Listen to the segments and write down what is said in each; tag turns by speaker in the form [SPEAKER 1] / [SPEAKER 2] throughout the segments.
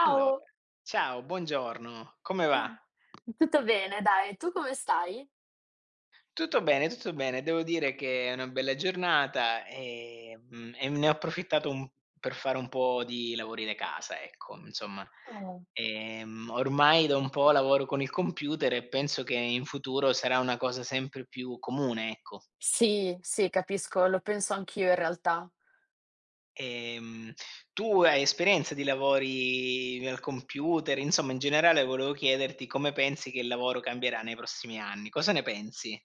[SPEAKER 1] Allora, ciao, buongiorno, come va?
[SPEAKER 2] tutto bene dai, tu come stai?
[SPEAKER 1] Tutto bene, tutto bene. Devo dire che è una bella giornata e ne ho approfittato un per fare un po' di lavori da casa, ecco, insomma.
[SPEAKER 2] Oh.
[SPEAKER 1] Ormai da un po' lavoro con il computer e penso che in futuro sarà una cosa sempre più comune, ecco.
[SPEAKER 2] Sì, sì, capisco, lo penso anch'io in realtà.
[SPEAKER 1] Ehm, Tu hai esperienza di lavori al computer? Insomma, in generale volevo chiederti come pensi che il lavoro cambierà nei prossimi anni. Cosa ne pensi?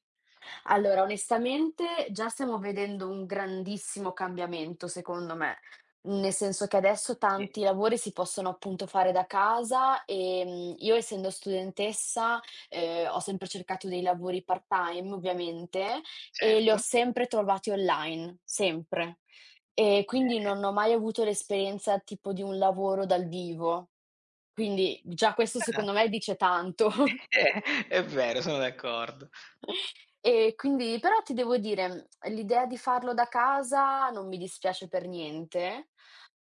[SPEAKER 2] Allora, onestamente già stiamo vedendo un grandissimo cambiamento secondo me, nel senso che adesso
[SPEAKER 1] Sì,
[SPEAKER 2] tanti lavori si possono appunto fare da casa, io essendo studentessa, ho sempre cercato dei lavori part-time ovviamente e li ho
[SPEAKER 1] certo.
[SPEAKER 2] sempre trovati online, sempre. E quindi non ho mai avuto l'esperienza tipo di un lavoro dal vivo. Quindi già questo
[SPEAKER 1] Ah,
[SPEAKER 2] secondo me dice tanto.
[SPEAKER 1] è vero, sono d'accordo,
[SPEAKER 2] E quindi però ti devo dire, l'idea di farlo da casa non mi dispiace per niente,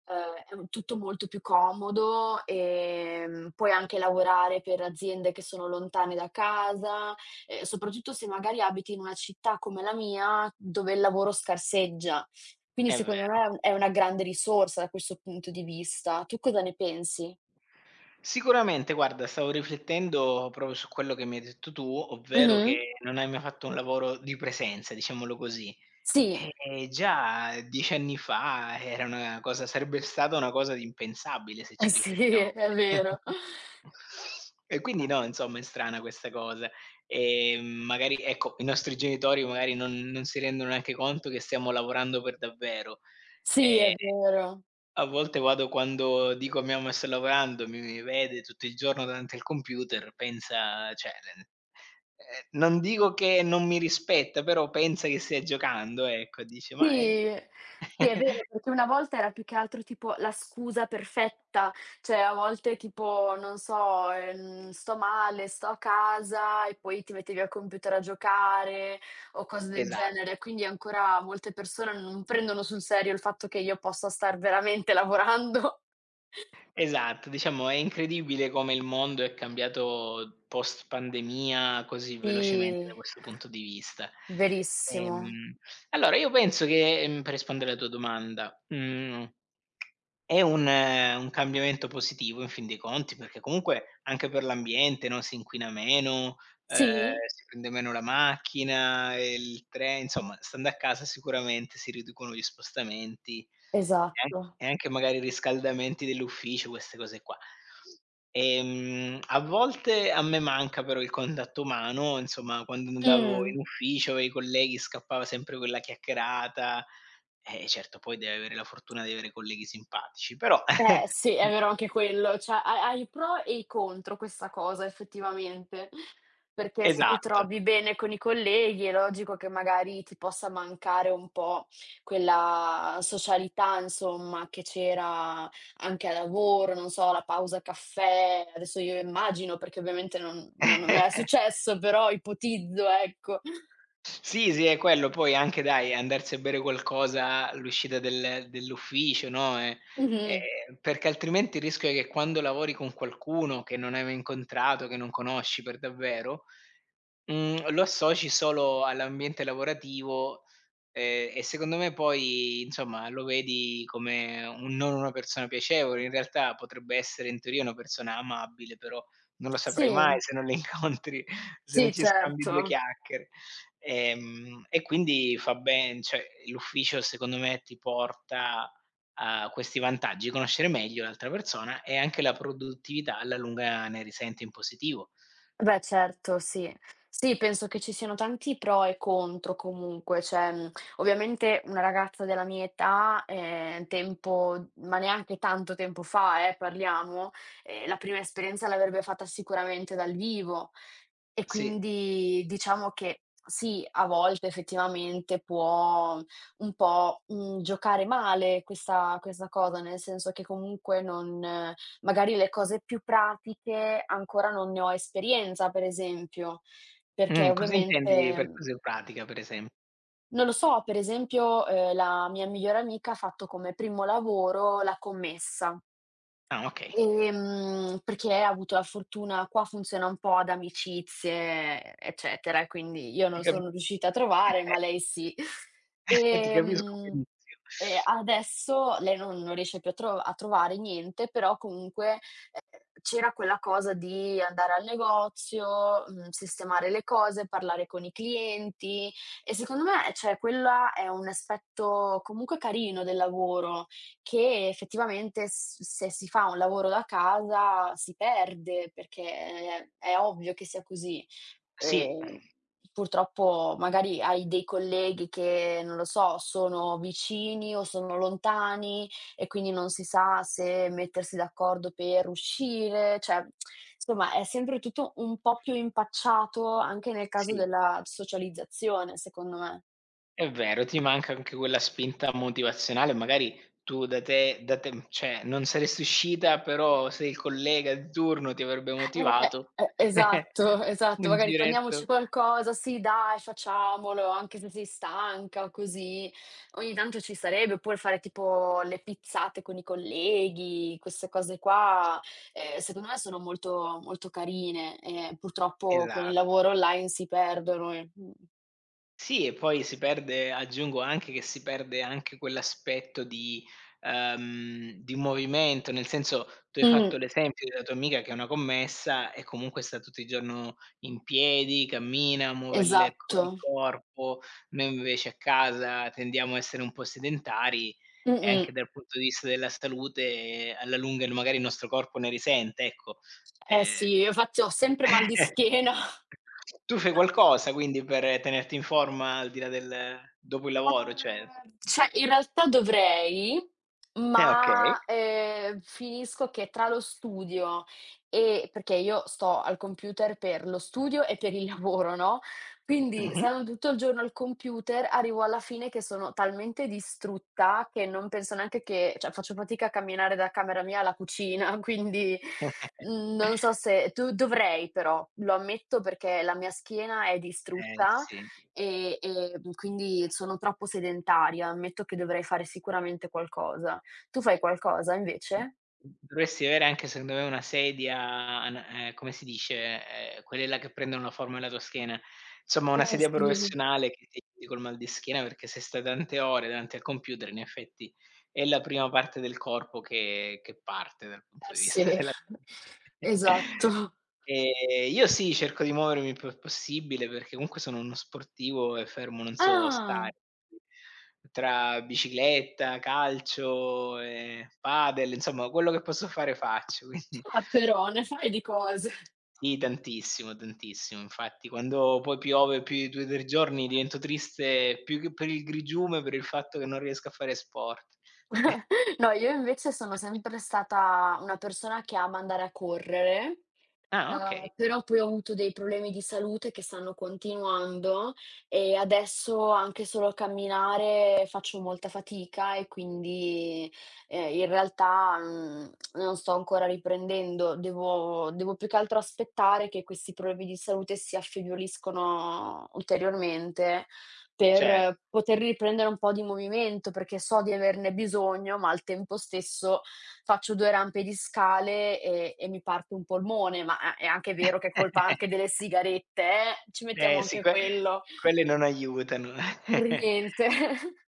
[SPEAKER 2] è un tutto molto più comodo, puoi anche lavorare per aziende che sono lontane da casa, soprattutto se magari abiti in una città come la mia, dove il lavoro scarseggia. Quindi
[SPEAKER 1] è
[SPEAKER 2] secondo
[SPEAKER 1] vero.
[SPEAKER 2] me è un è una grande risorsa da questo punto di vista. Tu cosa ne pensi?
[SPEAKER 1] Sicuramente guarda, stavo riflettendo proprio su quello che mi hai detto tu, ovvero
[SPEAKER 2] Mh-mh.
[SPEAKER 1] che non hai mai fatto un lavoro di presenza, diciamolo così.
[SPEAKER 2] Sì,
[SPEAKER 1] E già 10 anni fa era una cosa sarebbe stata una cosa di impensabile se
[SPEAKER 2] eh
[SPEAKER 1] ci
[SPEAKER 2] sì,
[SPEAKER 1] riflettiamo
[SPEAKER 2] è
[SPEAKER 1] bene.
[SPEAKER 2] vero.
[SPEAKER 1] E quindi no, insomma è strana questa cosa. Magari ecco, i nostri genitori magari non si rendono neanche conto che stiamo lavorando per davvero.
[SPEAKER 2] Sì,
[SPEAKER 1] Ehm
[SPEAKER 2] è vero.
[SPEAKER 1] A volte vado quando dico a mia mamma: "Sto lavorando", mi vede tutto il giorno davanti al computer, pensa cioè, non dico che non mi rispetta, però pensa che stia giocando, ecco, dice: "Ma è".
[SPEAKER 2] Sì, sì, è vero, perché una volta era più che altro tipo la scusa perfetta, cioè a volte tipo, non so, sto male, sto a casa e poi ti mettevi al computer a giocare o cose del
[SPEAKER 1] Esatto,
[SPEAKER 2] genere, quindi ancora molte persone non prendono sul serio il fatto che io possa star veramente lavorando.
[SPEAKER 1] esatto. Diciamo è incredibile come il mondo è cambiato post pandemia così velocemente da
[SPEAKER 2] Sì,
[SPEAKER 1] questo punto di vista.
[SPEAKER 2] verissimo.
[SPEAKER 1] Ehm, allora io penso che, per rispondere alla tua domanda, mhmm È un un cambiamento positivo in fin dei conti, perché comunque anche per l'ambiente, no, si inquina meno,
[SPEAKER 2] Sì,
[SPEAKER 1] si prende meno la macchina, e il tren insomma stando a casa sicuramente si riducono gli spostamenti e an
[SPEAKER 2] esatto.
[SPEAKER 1] e anche magari i riscaldamenti dell'ufficio, queste cose qua. A volte a me manca però il contatto umano, insomma quando andavo in
[SPEAKER 2] Mh.
[SPEAKER 1] ufficio e i colleghi scappava sempre quella chiacchierata, certo, poi devi avere la fortuna di avere colleghi simpatici, però.
[SPEAKER 2] Eh sì,
[SPEAKER 1] Mh.
[SPEAKER 2] è vero anche quello, cioè ha i pro e i contro questa cosa effettivamente, perché se ti
[SPEAKER 1] Esatto.
[SPEAKER 2] trovi bene con i colleghi è logico che magari ti possa mancare un po' quella socialità insomma che c'era anche al lavoro, non so, la pausa caffè, adesso io immagino perché ovviamente non è successo, però ipotizzo ecco.
[SPEAKER 1] Sì, sì, è quello. Poi anche dai, andarsi a bere qualcosa all'uscita dell'ufficio, no,
[SPEAKER 2] Mh-mh.
[SPEAKER 1] perché altrimenti il rischio è che quando lavori con qualcuno che non hai mai incontrato, che non conosci per davvero, lo associ solo all'ambiente lavorativo, e secondo me poi insomma lo vedi come un non una persona piacevole. In realtà potrebbe essere in teoria una persona amabile, però non lo saprai
[SPEAKER 2] Sì,
[SPEAKER 1] mai se non le incontri, se
[SPEAKER 2] sì
[SPEAKER 1] non ci scambi 2
[SPEAKER 2] certo.
[SPEAKER 1] chiacchiere. E quindi fa ben cioè l'ufficio secondo me ti porta a questi vantaggi, conoscere meglio l'altra persona e anche la produttività alla lunga ne risente in positivo.
[SPEAKER 2] Beh certo, sì. Sì, penso che ci siano tanti pro e contro comunque, cioè, ovviamente una ragazza della mia età, tempo ma neanche tanto tempo fa parliamo, la prima esperienza l'avrebbe fatta sicuramente dal vivo e
[SPEAKER 1] Sì.
[SPEAKER 2] quindi diciamo che sì, a volte effettivamente può un po', giocare male questa cosa, nel senso che comunque non. Magari le cose più pratiche ancora non ne ho esperienza, per esempio, perché
[SPEAKER 1] Cosa intendi
[SPEAKER 2] ovviamente
[SPEAKER 1] per cosa pratica, per esem
[SPEAKER 2] non lo so, per esempio, la mia migliore amica ha fatto come primo lavoro la commessa.
[SPEAKER 1] ah, okay,
[SPEAKER 2] Perché ha avuto la fortuna qua funziona un po' ad amicizie, eccetera, e quindi io
[SPEAKER 1] ti
[SPEAKER 2] non
[SPEAKER 1] capi
[SPEAKER 2] sono riuscita a trovare, ma lei sì.
[SPEAKER 1] ti capisco
[SPEAKER 2] Ehm,
[SPEAKER 1] benissimo.
[SPEAKER 2] e adesso lei non riesce più a trovare niente, però comunque, c'era quella cosa di andare al negozio, sistemare le cose, parlare con i clienti e secondo me, cioè, quella è un aspetto comunque carino del lavoro che effettivamente s se si fa un lavoro da casa si perde, perché è ovvio che sia così.
[SPEAKER 1] Sì,
[SPEAKER 2] Ehm, purtroppo magari hai dei colleghi che, non lo so, sono vicini o sono lontani e quindi non si sa se mettersi d'accordo per uscire, cioè insomma è sempre tutto un po' più impacciato, anche nel caso
[SPEAKER 1] sì,
[SPEAKER 2] della socializzazione, secondo me.
[SPEAKER 1] è vero, ti manca anche quella spinta motivazionale, magari tu da te cioè non saresti uscita, però se il collega di turno ti avrebbe motivato,
[SPEAKER 2] Esatto, esatto.
[SPEAKER 1] un
[SPEAKER 2] Magari
[SPEAKER 1] giretto
[SPEAKER 2] prendiamoci qualcosa, sì dai facciamolo, anche se sei stanca o così. Ogni tanto ci sarebbe, oppure fare tipo le pizzate con i colleghi, queste cose qua, secondo me sono molto molto carine, purtroppo
[SPEAKER 1] esa
[SPEAKER 2] con il lavoro online si perdono e
[SPEAKER 1] Sì, e poi si perde aggiungo anche che si perde anche quell'aspetto di movimento, nel senso, tu hai fatto
[SPEAKER 2] Mh,
[SPEAKER 1] l'esempio della tua amica che è una commessa e comunque sta tutto il giorno in piedi, cammina, muove il co il
[SPEAKER 2] esatto.
[SPEAKER 1] corpo. Noi invece a casa tendiamo a essere un po' sedentari e anche
[SPEAKER 2] Mh-mh.
[SPEAKER 1] dal punto di vista della salute alla lunga magari il nostro corpo ne risente, ecco.
[SPEAKER 2] Eh
[SPEAKER 1] Ehm
[SPEAKER 2] sì, io infatti ho sempre mal di schiena.
[SPEAKER 1] Tu fai qualcosa quindi per tenerti in forma al di là del dopo il lavoro cioè?
[SPEAKER 2] Cioè in realtà dovrei,
[SPEAKER 1] Eh okay.
[SPEAKER 2] ma, finisco che tra lo studio e perché io sto al computer per lo studio e per il lavoro, no, quindi
[SPEAKER 1] Mh-mh.
[SPEAKER 2] stando tutto il giorno al computer arrivo alla fine che sono talmente distrutta che non penso neanche che cioè faccio fatica a camminare da camera mia alla cucina, quindi, non so se tu dovrei però, lo ammetto perché la mia schiena è
[SPEAKER 1] Eh
[SPEAKER 2] distrutta
[SPEAKER 1] sì.
[SPEAKER 2] e, quindi sono troppo sedentaria, ammetto che dovrei fare sicuramente qualcosa. Tu fai qualcosa invece?
[SPEAKER 1] Dovresti avere anche secondo me una sedia ana come si dice, quelle là che prendono la forma della tua schiena. Insomma
[SPEAKER 2] Eh
[SPEAKER 1] una sedia
[SPEAKER 2] sì,
[SPEAKER 1] professionale che ti aiuti col mal di schiena, perché se stai tante ore davanti al computer in effetti è la prima parte del corpo che parte dal punto
[SPEAKER 2] eh
[SPEAKER 1] di
[SPEAKER 2] sì,
[SPEAKER 1] vista della.
[SPEAKER 2] esatto.
[SPEAKER 1] Io sì, cerco di muovermi il più possibile perché comunque sono uno sportivo e fermo non so stare.
[SPEAKER 2] Ah!
[SPEAKER 1] Tra bicicletta, calcio, padel, insomma quello che posso fare faccio, quindi
[SPEAKER 2] Ah però, ne fai di cose.
[SPEAKER 1] sì, tantissimo, tantissimo. Infatti quando poi piove più di 2, 3 giorni divento triste più che per il grigiume, per il fatto che non riesco a fare sport.
[SPEAKER 2] No, io invece sono sempre stata una persona che ama andare a correre.
[SPEAKER 1] Ah okay,
[SPEAKER 2] Però poi ho avuto dei problemi di salute che stanno continuando e adesso anche solo a camminare faccio molta fatica e quindi, in realtà, non sto ancora riprendendo. Devo più che altro aspettare che questi problemi di salute si affievoliscono ulteriormente per
[SPEAKER 1] cioè.
[SPEAKER 2] poter riprendere un po' di movimento, perché so di averne bisogno, ma al tempo stesso faccio 2 rampe di scale e mi parte un polmone, ma a è anche vero che è colpa anche delle sigarette, ci mettiamo
[SPEAKER 1] Eh sì,
[SPEAKER 2] anche
[SPEAKER 1] que
[SPEAKER 2] quello,
[SPEAKER 1] quelle non aiutano.
[SPEAKER 2] per niente.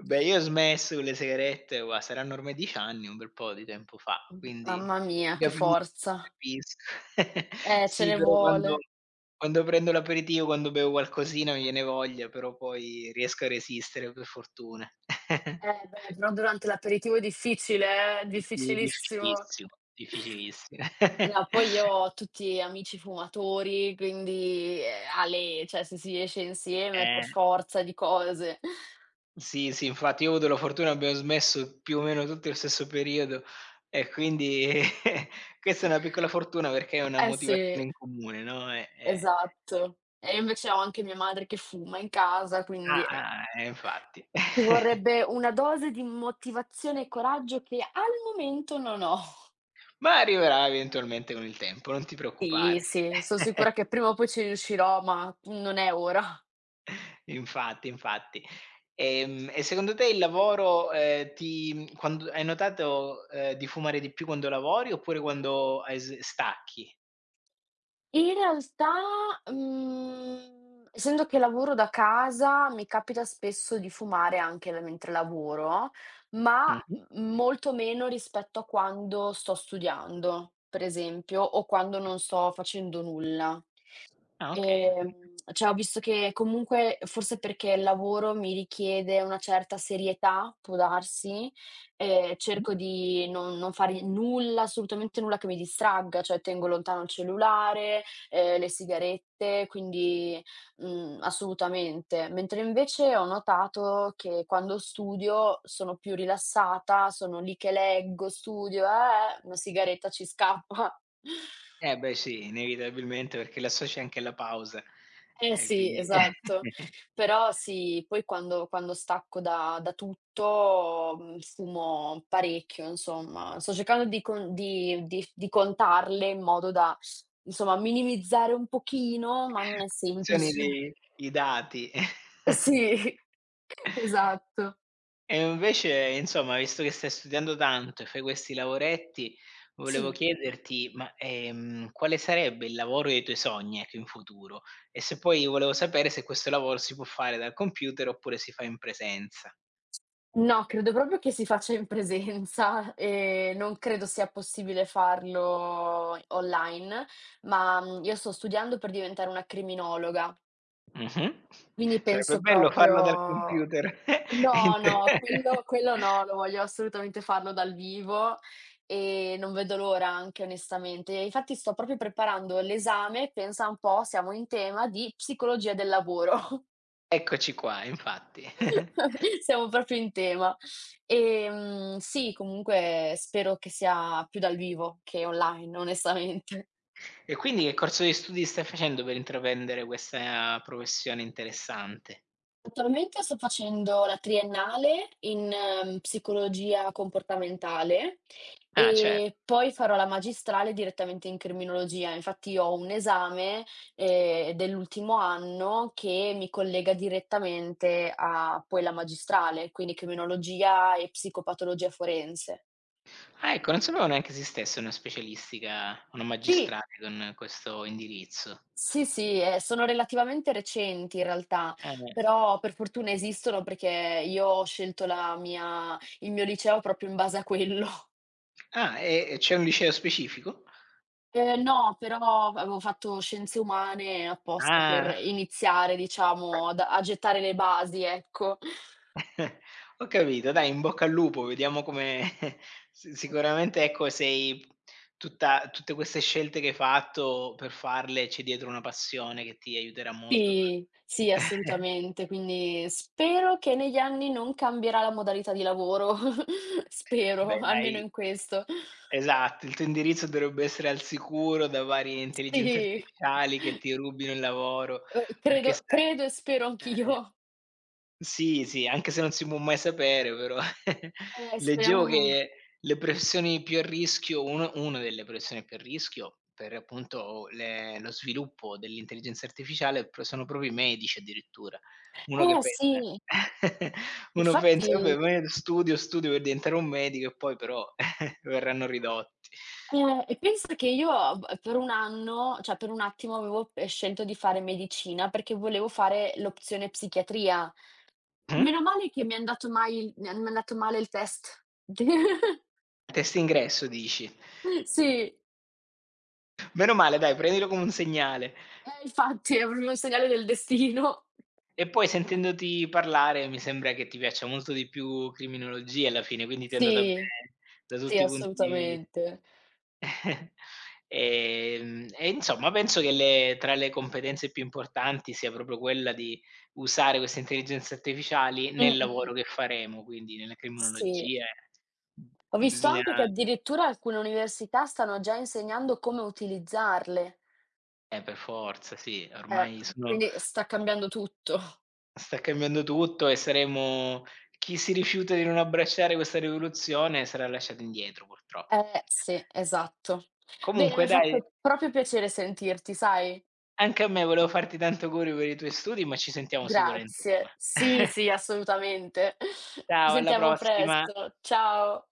[SPEAKER 1] Beh, io ho smesso con le sigarette, gua saranno ormai 10 anni, un bel po' di tempo fa, quindi
[SPEAKER 2] Mamma
[SPEAKER 1] ti
[SPEAKER 2] mia, che
[SPEAKER 1] capisco, ti
[SPEAKER 2] forza.
[SPEAKER 1] capisco.
[SPEAKER 2] Ce
[SPEAKER 1] Sì,
[SPEAKER 2] ne
[SPEAKER 1] però quando
[SPEAKER 2] vuole.
[SPEAKER 1] quando prendo l'aperitivo, quando bevo qualcosina mi viene voglia, però poi riesco a resistere per fortuna.
[SPEAKER 2] Eh beh, però durante l'aperitivo è difficile,
[SPEAKER 1] Sì,
[SPEAKER 2] difficilissimo.
[SPEAKER 1] difficilissimo, difficilissimo.
[SPEAKER 2] No, poi io ho tutti amici fumatori, quindi, ale cioè se si esce insieme
[SPEAKER 1] Eh.
[SPEAKER 2] per forza di cose.
[SPEAKER 1] Sì, sì, infatti io ho avuto la fortuna, abbiamo smesso più o meno tutti lo stesso periodo e quindi questa è una piccola fortuna perché è una
[SPEAKER 2] Eh sì.
[SPEAKER 1] motivazione in comune, no, e
[SPEAKER 2] Esatto. E io invece ho anche mia madre che fuma in casa,
[SPEAKER 1] ah,
[SPEAKER 2] quindi,
[SPEAKER 1] ah, infatti.
[SPEAKER 2] ci vorrebbe una dose di motivazione e coraggio che al momento non ho.
[SPEAKER 1] Ma arriverà eventualmente con il tempo, non ti
[SPEAKER 2] Sì,
[SPEAKER 1] preoccupare.
[SPEAKER 2] sì, son sicura che prima o poi ci riuscirò, ma non è ora.
[SPEAKER 1] Infatti, infatti. E secondo te il lavoro, ti quando hai notato, di fumare di più quando lavori oppure quando hai s stacchi?
[SPEAKER 2] In realtà, essendo che lavoro da casa, mi capita spesso di fumare anche la mentre lavoro, ma
[SPEAKER 1] Mh-mh.
[SPEAKER 2] m molto meno rispetto a quando sto studiando, per esempio, o quando non sto facendo nulla.
[SPEAKER 1] Ah, okay.
[SPEAKER 2] Cioè ho visto che comunque forse perché il lavoro mi richiede una certa serietà, può darsi, cerco di non fare nulla, assolutamente nulla che mi distragga, cioè tengo lontano il cellulare, le sigarette, quindi, assolutamente. Mentre invece ho notato che quando studio sono più rilassata, sono lì che leggo, studio, una sigaretta ci scappa.
[SPEAKER 1] Eh beh sì, inevitabilmente perché l'associ anche alla pausa
[SPEAKER 2] Eh
[SPEAKER 1] e
[SPEAKER 2] sì,
[SPEAKER 1] quindi
[SPEAKER 2] esatto. Però sì, poi quando stacco da tutto, fumo parecchio, insomma. Sto cercando di con di contarle in modo da, insomma, minimizzare un pochino, ma non è
[SPEAKER 1] sono i
[SPEAKER 2] semplice.
[SPEAKER 1] dei i dati.
[SPEAKER 2] Sì, esatto.
[SPEAKER 1] E invece insomma, visto che stai studiando tanto e fai questi lavoretti, volevo
[SPEAKER 2] Sì.
[SPEAKER 1] chiederti, ma, quale sarebbe il lavoro dei tuoi sogni, ecco, in futuro? E se poi volevo sapere se questo lavoro si può fare dal computer oppure si fa in presenza.
[SPEAKER 2] No, credo proprio che si faccia in presenza e non credo sia possibile farlo online, ma, io sto studiando per diventare una criminologa.
[SPEAKER 1] Mh-mh.
[SPEAKER 2] Quindi
[SPEAKER 1] Sarebbe
[SPEAKER 2] penso
[SPEAKER 1] bello farlo dal
[SPEAKER 2] proprio
[SPEAKER 1] computer. In
[SPEAKER 2] no,
[SPEAKER 1] te
[SPEAKER 2] no, quello no, lo voglio assolutamente farlo dal vivo e non vedo l'ora anche onestamente. E infatti sto proprio preparando l'esame, pensa un po', siamo in tema di psicologia del lavoro.
[SPEAKER 1] Eccoci qua, infatti.
[SPEAKER 2] Siamo proprio in tema. Sì, comunque spero che sia più dal vivo che online, onestamente.
[SPEAKER 1] E quindi che corso di studi stai facendo per intraprendere questa professione interessante?
[SPEAKER 2] Attualmente sto facendo la triennale in psicologia comportamentale
[SPEAKER 1] Ah, cer
[SPEAKER 2] e poi farò la magistrale direttamente in criminologia. Infatti ho un esame, dell'ultimo anno che mi collega direttamente a poi la magistrale, quindi criminologia e psicopatologia forense.
[SPEAKER 1] ah, ecco, non sapevo neanche esistesse una specialistica, una
[SPEAKER 2] Sì.
[SPEAKER 1] magistrale con questo indirizzo.
[SPEAKER 2] Sì, sì, sono relativamente recenti in realtà,
[SPEAKER 1] Eh.
[SPEAKER 2] però per fortuna esistono perché io ho scelto la mia il mio liceo proprio in base a quello.
[SPEAKER 1] Ah, e c'è un liceo specifico?
[SPEAKER 2] No, però avevo fatto scienze umane apposta per
[SPEAKER 1] Ah.
[SPEAKER 2] iniziare, diciamo, ad a gettare le basi, ecco.
[SPEAKER 1] Ho capito, dai, in bocca al lupo, vediamo come si sicuramente, ecco, sei tutta tutte queste scelte che hai fatto, per farle c'è dietro una passione che ti aiuterà molto.
[SPEAKER 2] Sì, sì, assolutamente. Quindi spero che negli anni non cambierà la modalità di lavoro, spero,
[SPEAKER 1] Beh
[SPEAKER 2] almeno
[SPEAKER 1] dai,
[SPEAKER 2] in questo.
[SPEAKER 1] esatto, il tuo indirizzo dovrebbe essere al sicuro da varie intelligenze
[SPEAKER 2] Sì.
[SPEAKER 1] artificiali che ti rubino il lavoro, perché
[SPEAKER 2] Credo
[SPEAKER 1] sai
[SPEAKER 2] credo e spero
[SPEAKER 1] eh, eh.
[SPEAKER 2] anch'io.
[SPEAKER 1] Sì, sì, anche se non si può mai sapere però leggevo
[SPEAKER 2] Speriamo
[SPEAKER 1] che le professioni più a rischio uno una delle professioni più a rischio per appunto le lo sviluppo dell'intelligenza artificiale pro sono proprio i medici addirittura. Uno che
[SPEAKER 2] eh
[SPEAKER 1] pensa
[SPEAKER 2] sì,
[SPEAKER 1] Uno pensa: "Vabbè,
[SPEAKER 2] infatti
[SPEAKER 1] ma io studio, studio per diventare un medico" e poi però verranno ridotti.
[SPEAKER 2] e pensa che io b per un anno, cioè per un attimo avevo, scelto di fare medicina perché volevo fare l'opzione psichiatria.
[SPEAKER 1] Mh?
[SPEAKER 2] Meno male che mi è andato mai il mi è andato male il test.
[SPEAKER 1] Test ingresso dici?
[SPEAKER 2] Sì,
[SPEAKER 1] Meno male dai, prendilo come un segnale.
[SPEAKER 2] eh infatti è proprio un segnale del destino.
[SPEAKER 1] E poi sentendoti parlare mi sembra che ti piaccia molto di più criminologia alla fine, quindi ti è andata
[SPEAKER 2] Sì,
[SPEAKER 1] bene da
[SPEAKER 2] sì
[SPEAKER 1] tutti i punti di vi
[SPEAKER 2] assolutamente.
[SPEAKER 1] E insomma penso che le tra le competenze più importanti sia proprio quella di usare queste intelligenze artificiali nel
[SPEAKER 2] Mh-mh,
[SPEAKER 1] lavoro che faremo, quindi nella
[SPEAKER 2] sì.
[SPEAKER 1] criminologia.
[SPEAKER 2] Ho visto
[SPEAKER 1] Bisogna
[SPEAKER 2] anche che addirittura alcune università stanno già insegnando come utilizzarle.
[SPEAKER 1] per forza, sì,
[SPEAKER 2] Eh,
[SPEAKER 1] ormai sono
[SPEAKER 2] quindi sta cambiando tutto.
[SPEAKER 1] Sta cambiando tutto e saremo Chi si rifiuta di non abbracciare questa rivoluzione sarà lasciato indietro purtroppo.
[SPEAKER 2] Sì, esatto. Bene, mi
[SPEAKER 1] Comunque
[SPEAKER 2] ha
[SPEAKER 1] dai,
[SPEAKER 2] fatto proprio piacere sentirti, sai?
[SPEAKER 1] anche a me volevo farti tanti auguri per i tuoi studi, ma ci sentiamo sicuramente prima.
[SPEAKER 2] Grazie. Sì, sì, assolutamente. Ci
[SPEAKER 1] Ciao, alla
[SPEAKER 2] sentiamo
[SPEAKER 1] prossima.
[SPEAKER 2] presto. Ciao.